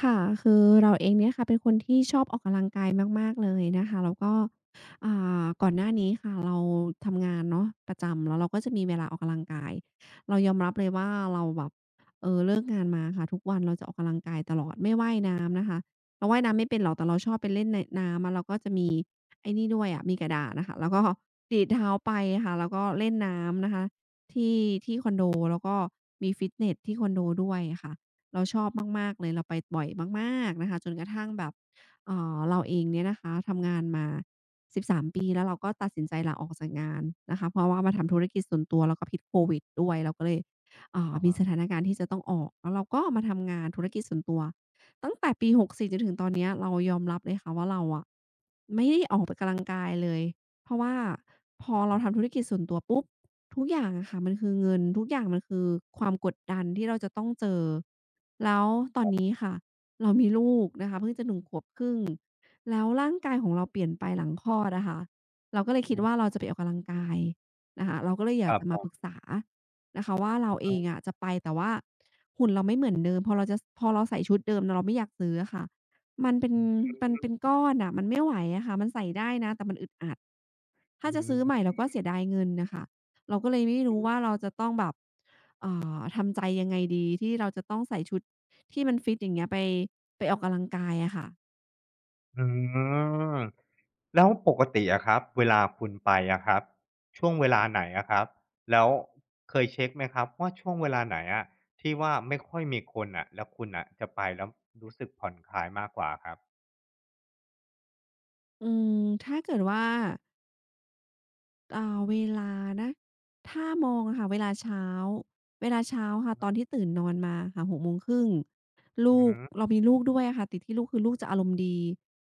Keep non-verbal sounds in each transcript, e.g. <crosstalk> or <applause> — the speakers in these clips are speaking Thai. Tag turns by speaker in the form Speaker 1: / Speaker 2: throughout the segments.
Speaker 1: ค่ะคือเราเองเนี่ยค่ะเป็นคนที่ชอบออกกำลังกายมากๆเลยนะคะแล้วก็อ่ก่อนหน้านี้ค่ะเราทำงานเนาะประจำแล้วเราก็จะมีเวลาออกกำลังกายเรายอมรับเลยว่าเราแบบเลิกงานมาค่ะทุกวันเราจะออกกำลังกายตลอดไม่ว่ายน้ำนะคะเราว่ายน้ำไม่เป็นหรอกแต่เราชอบไปเล่นในน้ำอะเราก็จะมีไอ้นี่ด้วยอะมีกระดาษน่ะค่ะแล้วก็ <laughs> ดีดเท้าไปค่ะแล้วก็เล่นน้ำนะคะที่ที่คอนโดแล้วก็มีฟิตเนสที่คอนโดด้วยค่ะ เราชอบมากๆเลยเราไปบ่อยมากๆนะคะจนกระทั่งแบบเราเองเนี่ยนะคะทำงานมา13 ปีแล้วเราก็ตัดสินใจลาออกจากงานนะคะเพราะว่ามาทำธุรกิจส่วนตัวแล้วก็พิษโควิดด้วยเราก็เลย
Speaker 2: อะ
Speaker 1: มี
Speaker 2: ฮะ
Speaker 1: สถานการณ์ที่จะต้องออกแล้วเราก็มาทำงานธุรกิจส่วนตัวตั้งแต่ปี64จนถึงตอนเนี้ยเรายอมรับเลยค่ะว่าเราอะไม่ได้ออกไปกำลังกายเลยเพราะว่าพ
Speaker 2: อื
Speaker 1: อ
Speaker 2: อ
Speaker 1: เรา
Speaker 2: ฮึ
Speaker 1: ทำธุรกิจส่วนตัวปุ๊บทุกอย่างอะค่ะมันคือเงินทุกอย่างมันคือความกดดันที่เราจะต้องเจอ แล้วตอนนี้ค่ะเรามีลูกนะคะเพิ่งจะ1 ขวบครึ่งแล้วร่างกายของเราเปลี่ยนไปหลังคลอดอะค่ะเราก็เลยคิดว่าเราจะไปออกกำลังกายนะคะเราก็เลยอ
Speaker 2: ค
Speaker 1: ยาก
Speaker 2: รับ
Speaker 1: จะ
Speaker 2: ผ
Speaker 1: มาป
Speaker 2: ม
Speaker 1: รึกษานะคะว่าเราเอ
Speaker 2: อื
Speaker 1: ง
Speaker 2: ม
Speaker 1: อะจะไปแต่ว่าหุ่นเราไม่เหมือนเดิมพอเราใส่ชุดเดิมเราไม่อยากซื้ออะค่ะมันเป็นมันเป็นก้อนอะมันไม่ไหวอะค่ะมันใส่ได้นะแต่มันอึดอัด
Speaker 2: อื
Speaker 1: ถ้าจะ
Speaker 2: อ
Speaker 1: ซื้อ
Speaker 2: ฮ
Speaker 1: ใหม่เราก็เสียดายเงินน่ะค่ะเราก็เลยไม่
Speaker 2: ึ
Speaker 1: รู้ว่าเราจะต้องแบบเอ่ทำใจยังไงดีที่เราจะต้องใส่ชุดที่มันฟิตอย่างเงี้ยไปออกกำลังกายอะค่ะ
Speaker 2: อืมแล้วปกติอะครับเวลาคุณไปอะครับช่วงเวลาไหนอะครับแล้วเคยเช็กไหมครับว่าช่วงเวลาไหนอะที่ว่าไม่ค่อยมีคนน่ะแล้วคุณน่ะจะไปแล้วรู้สึกผ่อนคลายมากกว่าครับ
Speaker 1: อืมถ้าเกิดว่า เวลานะถ้ามองอะค่ะเวลาเช้าเวลาเช้าค่ะตอนที่ตื่นนอนมาค่ะ6 โมงครึ่ง
Speaker 2: อื
Speaker 1: ลู
Speaker 2: อ
Speaker 1: ก
Speaker 2: ฮึ
Speaker 1: เรามีลูกด้วยอะค่ะติดที่ลูกคือลูกจะอารมณ์ดี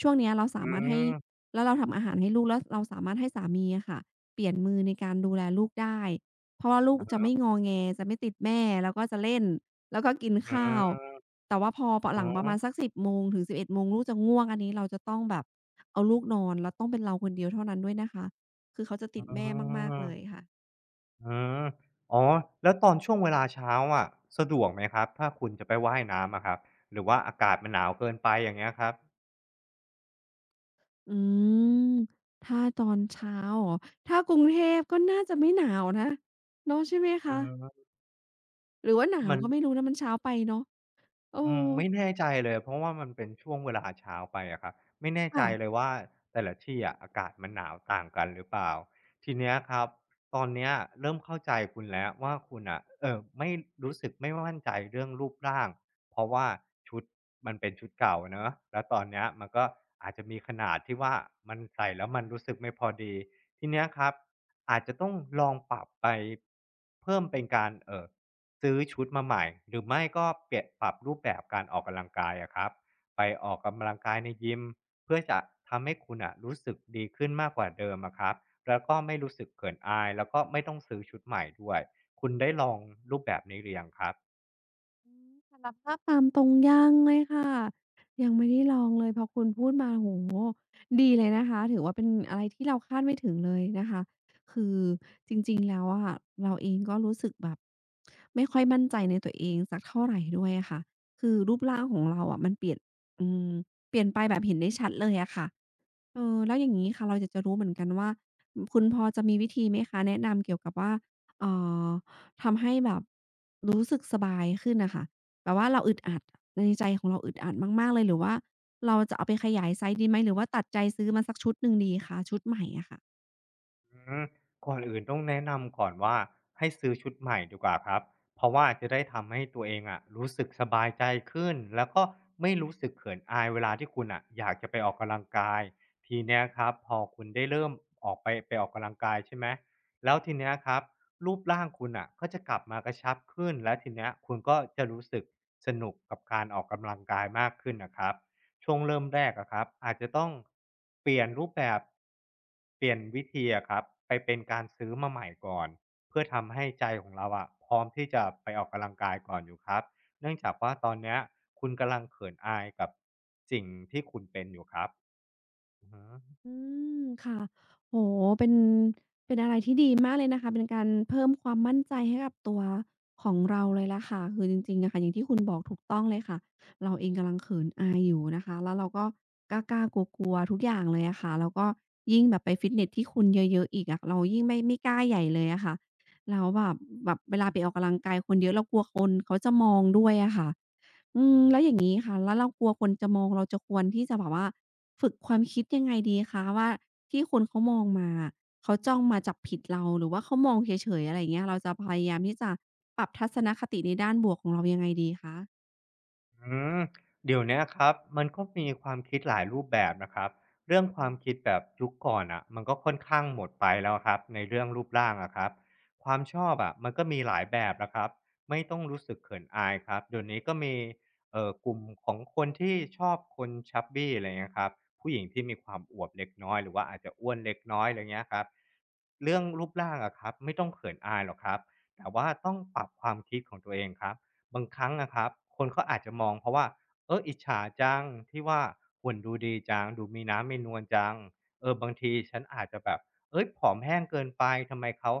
Speaker 1: ช่วงเนี้ยเราสา
Speaker 2: อื
Speaker 1: มารถให้
Speaker 2: ม
Speaker 1: แล้วเราทำอาหารให้ลูกแล้วเราสามารถให้สามีอะค่ะเปลี่ยนมือในการดูแลลูกได้เพราะว่าลูก
Speaker 2: อะ
Speaker 1: จะ
Speaker 2: ฮะ
Speaker 1: ไม่งอแงจะไม่ติดแม่แล้วก็จะเล่นแล้วก็กิน
Speaker 2: อ
Speaker 1: ข้าว
Speaker 2: ืม
Speaker 1: แต่ว่าพอพ
Speaker 2: อือ
Speaker 1: หลังประมาณสัก10 โมงถึง 11 โมงลูกจะง่วงอันนี้เราจะต้องแบบเอาลูกนอนแล้วต้องเป็นเราคนเดียวเท่านั้นด้วยนะคะ คือเขาจะ
Speaker 2: อื
Speaker 1: ติดแม่มาก
Speaker 2: อ
Speaker 1: ๆเลยค่ะ
Speaker 2: อืมอ๋อ แล้วตอนช่วงเวลาเช้าอะสะดวกไหมครับถ้าคุณจะไปว่ายน้ำอะครับหรือว่าอากาศมันหนาวเกินไปอย่างเงี้ยครับ
Speaker 1: อืม ถ้าตอนเช้าเหรอถ้ากรุงเทพก็น่าจะไม่หนาวนะเนาะใช่ไหม
Speaker 2: อื
Speaker 1: คะ
Speaker 2: ม
Speaker 1: หรือว่าหนาว
Speaker 2: มัน
Speaker 1: ก็ไม่รู้นะมันเช้าไปเนาะเออ
Speaker 2: อืมไม่แน่ใจเลยเพราะว่ามันเป็นช่วงเวลาเช้าไปอะครับไม่แน่ใจ
Speaker 1: ค่ะ
Speaker 2: เลยว่าแต่ละที่อะอากาศมันหนาวต่างกันหรือเปล่าทีเนี้ยครับตอนเนี้ยเริ่มเข้าใจคุณแล้วว่าคุณอะไม่รู้สึกไม่มั่นใจเรื่องรูปร่างเพราะว่าชุดมันเป็นชุดเก่าเนาะแล้วตอนเนี้ยมันก็อาจจะมีขนาดที่ว่ามันใส่แล้วมันรู้สึกไม่พอดีทีเนี้ยครับอาจจะต้องลองปรับไปเพิ่มเป็นการซื้อชุดมาใหม่หรือไม่ก็เปลี่ยนปรับรูปแบบการออกกำลังกายอะครับไปออกกำลังกายในยิมเพื่อจะทำให้คุณอะรู้สึกดีขึ้นมากกว่าเดิมอะครับแล้วก็ไม่รู้สึกเขินอายแล้วก็ไม่ต้องซื้อชุดใหม่ด้วยคุณได้ลองรูปแบบนี้หรือยังครับ
Speaker 1: อืมสารภาพตามตรงยังเลยค่ะยังไม่ได้ลองเลยพอคุณพูดมาโอ้โฮดีเลยนะคะถือว่าเป็นอะไรที่เราคาดไม่ถึงเลยนะคะคือจริงๆแล้วอะเราเองก็รู้สึกแบบไม่ค่อยมั่นใจในตัวเองสักเท่าไรด้วยอะค่ะคือรูปร่างของเราอะมันเปลี่ยนอืมเปลี่ยนไปแบบเห็นได้ชัดเลยอะค่ะ เออแล้วอย่างงี้ค่ะเราอยากจะรู้เหมือนกันว่าคุณพอจะมีวิธีไหมคะแนะนำเกี่ยวกับว่าเอ่อทำให้แบบรู้สึกสบายขึ้นน่ะค่ะแบบว่าเราอึดอัดในใจของเราอึดอัดมากๆเลยหรือว่าเราจะเอาไปขยายไซซ์ดีไหมหรือว่าตัดใจซื้อมาสักชุดหนึ่งดีคะชุดใหม่อะค่ะ
Speaker 2: อืมก่อนอื่นต้องแนะนำก่อนว่าให้ซื้อชุดใหม่ดีกว่าครับเพราะว่าจะได้ทำให้ตัวเองอะรู้สึกสบายใจขึ้นแล้วก็ไม่รู้สึกเขินอายเวลาที่คุณอะอยากจะไปออกกำลังกายทีเนี้ยครับพอคุณได้เริ่มออกไปออกกำลังกายใช่ไหมแล้วทีเนี้ยครับรูปร่างคุณอ่ะก็จะกลับมากระชับขึ้นและทีเนี้ยคุณก็จะรู้สึกสนุกกับการออกกำลังกายมากขึ้นนะครับ ช่วงเริ่มแรกอะครับอาจจะต้องเปลี่ยนรูปแบบเปลี่ยนวิธีอะครับไปเป็นการซื้อมาใหม่ก่อนเพื่อทำให้ใจของเราอะพร้อมที่จะไปออกกำลังกายก่อนอยู่ครับเนื่องจากว่าตอนเนี้ยคุณกำลังเขินอายกับสิ่งที่คุณเป็นอยู่ครับอือฮึ
Speaker 1: อืมค่ะโอ้โฮเป็นอะไรที่ดีมากเลยนะคะเป็นการเพิ่มความมั่นใจให้กับตัวของเราเลยล่ะค่ะคือจริงๆอะค่ะอย่างที่คุณบอกถูกต้องเลยค่ะ อายอยู่นะคะแล้วเราก็กล้าๆกลัวๆทุกอย่างเลยอะค่ะแล้วก็ยิ่งแบบไปฟิตเนสที่คนเยอะๆอีกอะเรายิ่งไม่กล้าใหญ่เลยอะค่ะแล้วแบบเวลาไปออกกำลังกายคนเยอะเรากลัวคนเขาจะมองด้วยอะค่ะอืมแล้วอย่างงี้ค่ะแล้วเรากลัวคนจะมองเราจะควรที่จะแบบว่าฝึกความคิดยังไงดีคะว่าที่คนเขามองมาอะเขาจ้องมาจับผิดเราหรือว่าเขามองเฉยๆอะไรอย่างเงี้ยเราจะพยายามที่จะปรับทัศนคติในด้านบวกของเรายังไงดีคะ
Speaker 2: อืมเดี๋ยวเนี้ยครับมันก็มีความคิดหลายรูปแบบนะครับเรื่องความคิดแบบยุคก่อนอะมันก็ค่อนข้างหมดไปแล้วครับในเรื่องรูปร่างอะครับความชอบอะมันก็มีหลายแบบนะครับไม่ต้องรู้สึกเขินอายครับเดี๋ยวนี้ก็มีกลุ่มของคนที่ชอบคนชับบี้อะไรเงี้ยครับผู้หญิงที่มีความอวบเล็กน้อยหรือว่าอาจจะอ้วนเล็กน้อยอะไรเงี้ยครับเรื่องรูปร่างอะครับไม่ต้องเขินอายหรอกครับแต่ว่าต้องปรับความคิดของตัวเองครับ บางครั้งอะครับคนเขาอาจจะมองเพราะว่าเอออิจฉาจังที่ว่าหุ่นดูดีจังดูมีน้ำมีนวลจังเออบางทีฉันอาจจะแบบเฮ้ยผอมแห้งเกินไปทำไมเขา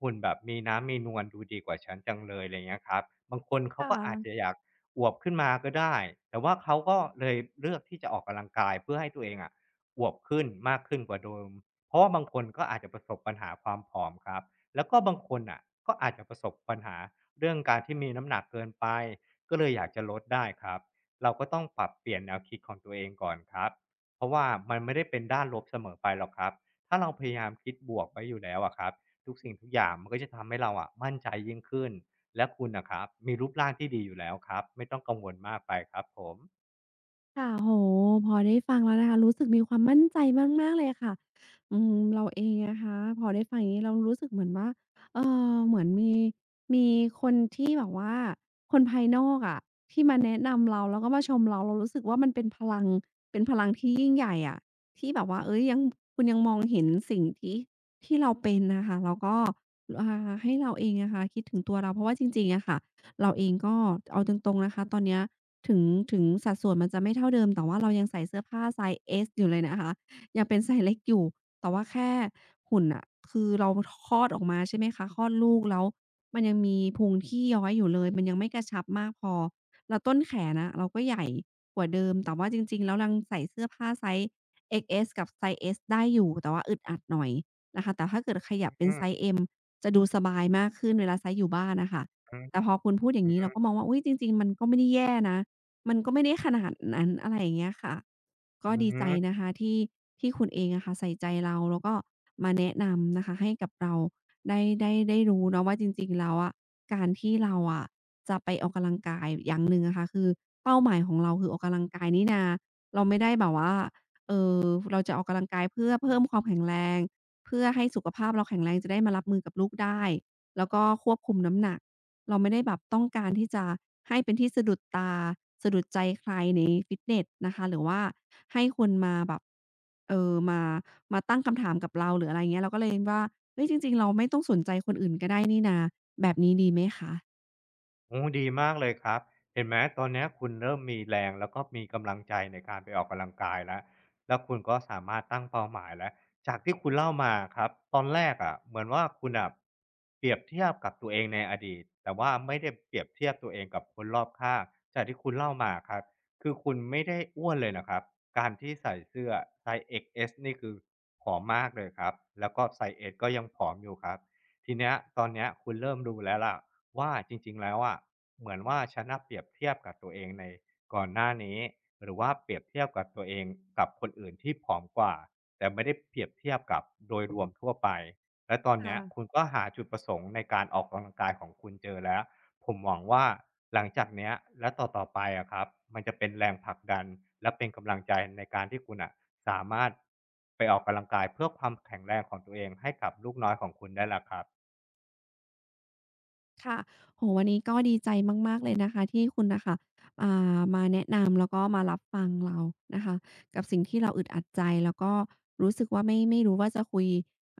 Speaker 2: หุ่นแบบมีน้ำมีนวลดูดีกว่าฉันจังเลยอะไรเงี้ยครับบางคนเขาก็อาจ
Speaker 1: ค่ะ
Speaker 2: จะอยากอวบขึ้นมาก็ได้แต่ว่าเขาก็เลยเลือกที่จะออกกำลังกายเพื่อให้ตัวเองอะอวบขึ้นมากขึ้นกว่าเดิมเพราะว่าบางคนก็อาจจะประสบปัญหาความผอมครับแล้วก็บางคนน่ะก็อาจจะประสบปัญหา เรื่องการที่มีน้ำหนักเกินไปก็เลยอยากจะลดได้ครับเราก็ต้องปรับเปลี่ยนแนวคิดของตัวเองก่อนครับเพราะว่ามันไม่ได้เป็นด้านลบเสมอไปหรอกครับถ้าเราพยายามคิดบวกไว้อยู่แล้วอะครับทุกสิ่งทุกอย่างมันก็จะทำให้เราอะมั่นใจยิ่งขึ้นและคุณนะครับมีรูปร่างที่ดีอยู่แล้วครับไม่ต้องกังวลมากไปครับผม
Speaker 1: ค่ะโอ้โฮพอได้ฟังแล้วนะคะรู้สึกมีความมั่นใจมากๆเลยค่ะอืมเราเองนะคะพอได้ฟังอย่างงี้เรารู้สึกเหมือนว่าเอ่เหมือนมีมีคนที่แบบว่าคนภายนอกอะที่มาแนะนำเราแล้วก็มาชมเราเรารู้สึกว่ามันเป็นพลังเป็นพลังที่ยิ่งใหญ่อะที่แบบว่าเฮ้ยยังคุณยังมองเห็นสิ่งที่ที่เราเป็นน่ะค่ะแล้วก็อ่ให้เราเองนะคะคิดถึงตัวเราเพราะว่าจริงๆอะค่ะเราเองก็เอาตรงๆนะคะตอนเนี้ย ถึงถึงสัดส่วนมันจะไม่เท่าเดิมแต่ว่าเรายังใส่เสื้อผ้าไซซ์เอสอยู่เลยนะคะยังเป็นไซซ์เล็กอยู่แต่ว่าแค่หุ่นน่ะคือเราคลอดออกมาใช่ไหมคะคลอดลูกแล้วมันยังมีพุงที่ย้อยอยู่เลยมันยังไม่กระชับมากพอแล้วต้นแขนน่ะเราก็ใหญ่กว่าเดิมแต่ว่าจริงๆแล้วยังใส่เสื้อผ้าไซซ์ XS กับไซซ์ S ได้อยู่แต่ว่าอึดอัดหน่อยนะคะแต่ถ้าเกิดขยับเป็
Speaker 2: อื
Speaker 1: นไซ
Speaker 2: ม
Speaker 1: ซ์ M จะดูสบายมากขึ้นเวลาไซซ์อยู่บ้านน่ะค่ะ
Speaker 2: อืม
Speaker 1: แต่พอคุณพูดอย่า
Speaker 2: อื
Speaker 1: งงี้
Speaker 2: ม
Speaker 1: เราก็มองว่าอุ๊ยจริงๆมันก็ไม่ได้แย่นะ มันก็ไม่ได้ขนาดนั้นอะไรอย่างเงี้ยค่ะ
Speaker 2: อื
Speaker 1: ก็ดีใจ
Speaker 2: ม
Speaker 1: นะคะที่ที่คุณเองอะค่ะใส่ใจเราแล้วก็มาแนะนำนะคะให้กับเราได้รู้เนาะว่าจริงๆแล้วอะการที่เราอะจะไปออกกำลังกายอย่างหนึ่งอะค่ะคือเป้าหมายของเราคือออกกำลังกายนี่นาเราไม่ได้แบบว่าเอ่อเราจะออกกำลังกายเพื่อเพิ่มความแข็งแรงเพื่อให้สุขภาพเราแข็งแรงจะได้มารับมือกับลูกได้แล้วก็ควบคุมน้ำหนัก เราไม่ได้แบบต้องการที่จะให้เป็นที่สะดุดตาสะดุดใจใครในฟิตเนสนะคะหรือว่าให้คนมาแบบมาตั้งคำถามกับเราหรืออะไรเงี้ยเราก็เลยว่าอ่าแบบนี้ดีไหมคะ
Speaker 2: โอ้ดีมากเลยครับเห็นไหมตอนเนี้ยคุณเริ่มมีแรงแล้วก็มีกำลังใจในการไปออกกำลังกายแล้วแล้วคุณก็สามารถตั้งเป้าหมายแล้วจากที่คุณเล่ามาครับตอนแรกอะเหมือนว่าคุณอ่ะเปรียบเทียบกับตัวเองในอดีตแต่ว่าไม่ได้เปรียบเทียบตัวเองกับคนรอบข้างจากที่คุณเล่ามาครับคือคุณไม่ได้อ้วนเลยนะครับการที่ใส่เสื้อไซส์เอ็กซ์ XS นี่คือผอมมากเลยครับแล้วก็ไซซ์ S ก็ยังผอมอยู่ครับทีเนี้ยตอนเนี้ยคุณเริ่มรู้แล้วล่ะ ว่าจริงๆแล้วอะเหมือนว่าฉันน่ะเปรียบเทียบกับตัวเองในก่อนหน้านี้หรือว่าเปรียบเทียบกับตัวเองกับคนอื่นที่ผอมกว่าแต่ไม่ได้เปรียบเทียบกับโดยรวมทั่วไปและตอนเนี้ยคุณ
Speaker 1: ค่ะ
Speaker 2: ก็หาจุดประสงค์ในการออกกำลังกายของคุณเจอแล้วผมหวังว่าหลังจากเนี้ยและต่อๆไปอะครับมันจะเป็นแรงผลักดันและเป็นกำลังใจในการที่คุณน่ะสามารถไปออกกำลังกายเพื่อความแข็งแรงของตัวเองให้กับลูกน้อยของคุณได้แล้วครับ
Speaker 1: ค่ะโอ้โฮวันนี้ก็ดีใจมากๆเลยนะคะที่คุณน่ะค่ะอ่มาแนะนำแล้วก็มารับฟังเรานะคะกับสิ่งที่เราอึดอัดใจแล้วก็รู้สึกว่าไม่รู้ว่าจะคุย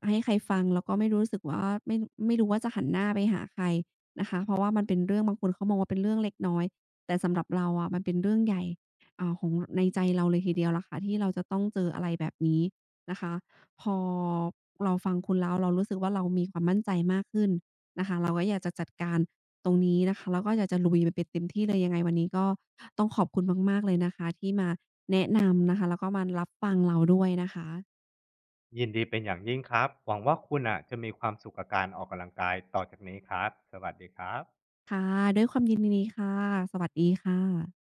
Speaker 1: ให้ใครฟังแล้วก็ไม่รู้สึกว่าไม่ไม่รู้ว่าจะหันหน้าไปหาใครนะคะเพราะว่ามันเป็นเรื่องบางคนเขามองว่าเป็นเรื่องเล็กน้อยแต่สำหรับเราอะมันเป็นเรื่องใหญ่ของในใจเราเลยทีเดียวล่ะค่ะที่เราจะต้องเจออะไรแบบนี้นะคะพอเราฟังคุณแล้วเรารู้สึกว่าเรามีความมั่นใจมากขึ้น นะคะเราก็อยากจะจัดการตรงนี้นะคะแล้วก็อยากจะลุยมันไปเต็มที่เลยยังไงวันนี้ก็ต้องขอบคุณมากๆเลยนะคะที่มาแนะนำนะคะแล้วก็มารับฟังเราด้วยนะคะ
Speaker 2: ยินดีเป็นอย่างยิ่งครับ หวังว่าคุณอ่ะจะมีความสุขกับการออกกำลังกายต่อจากนี้ครับ สวัสดีครับ
Speaker 1: ค่ะด้วยความยินดีค่ะสวัสดีค่ะ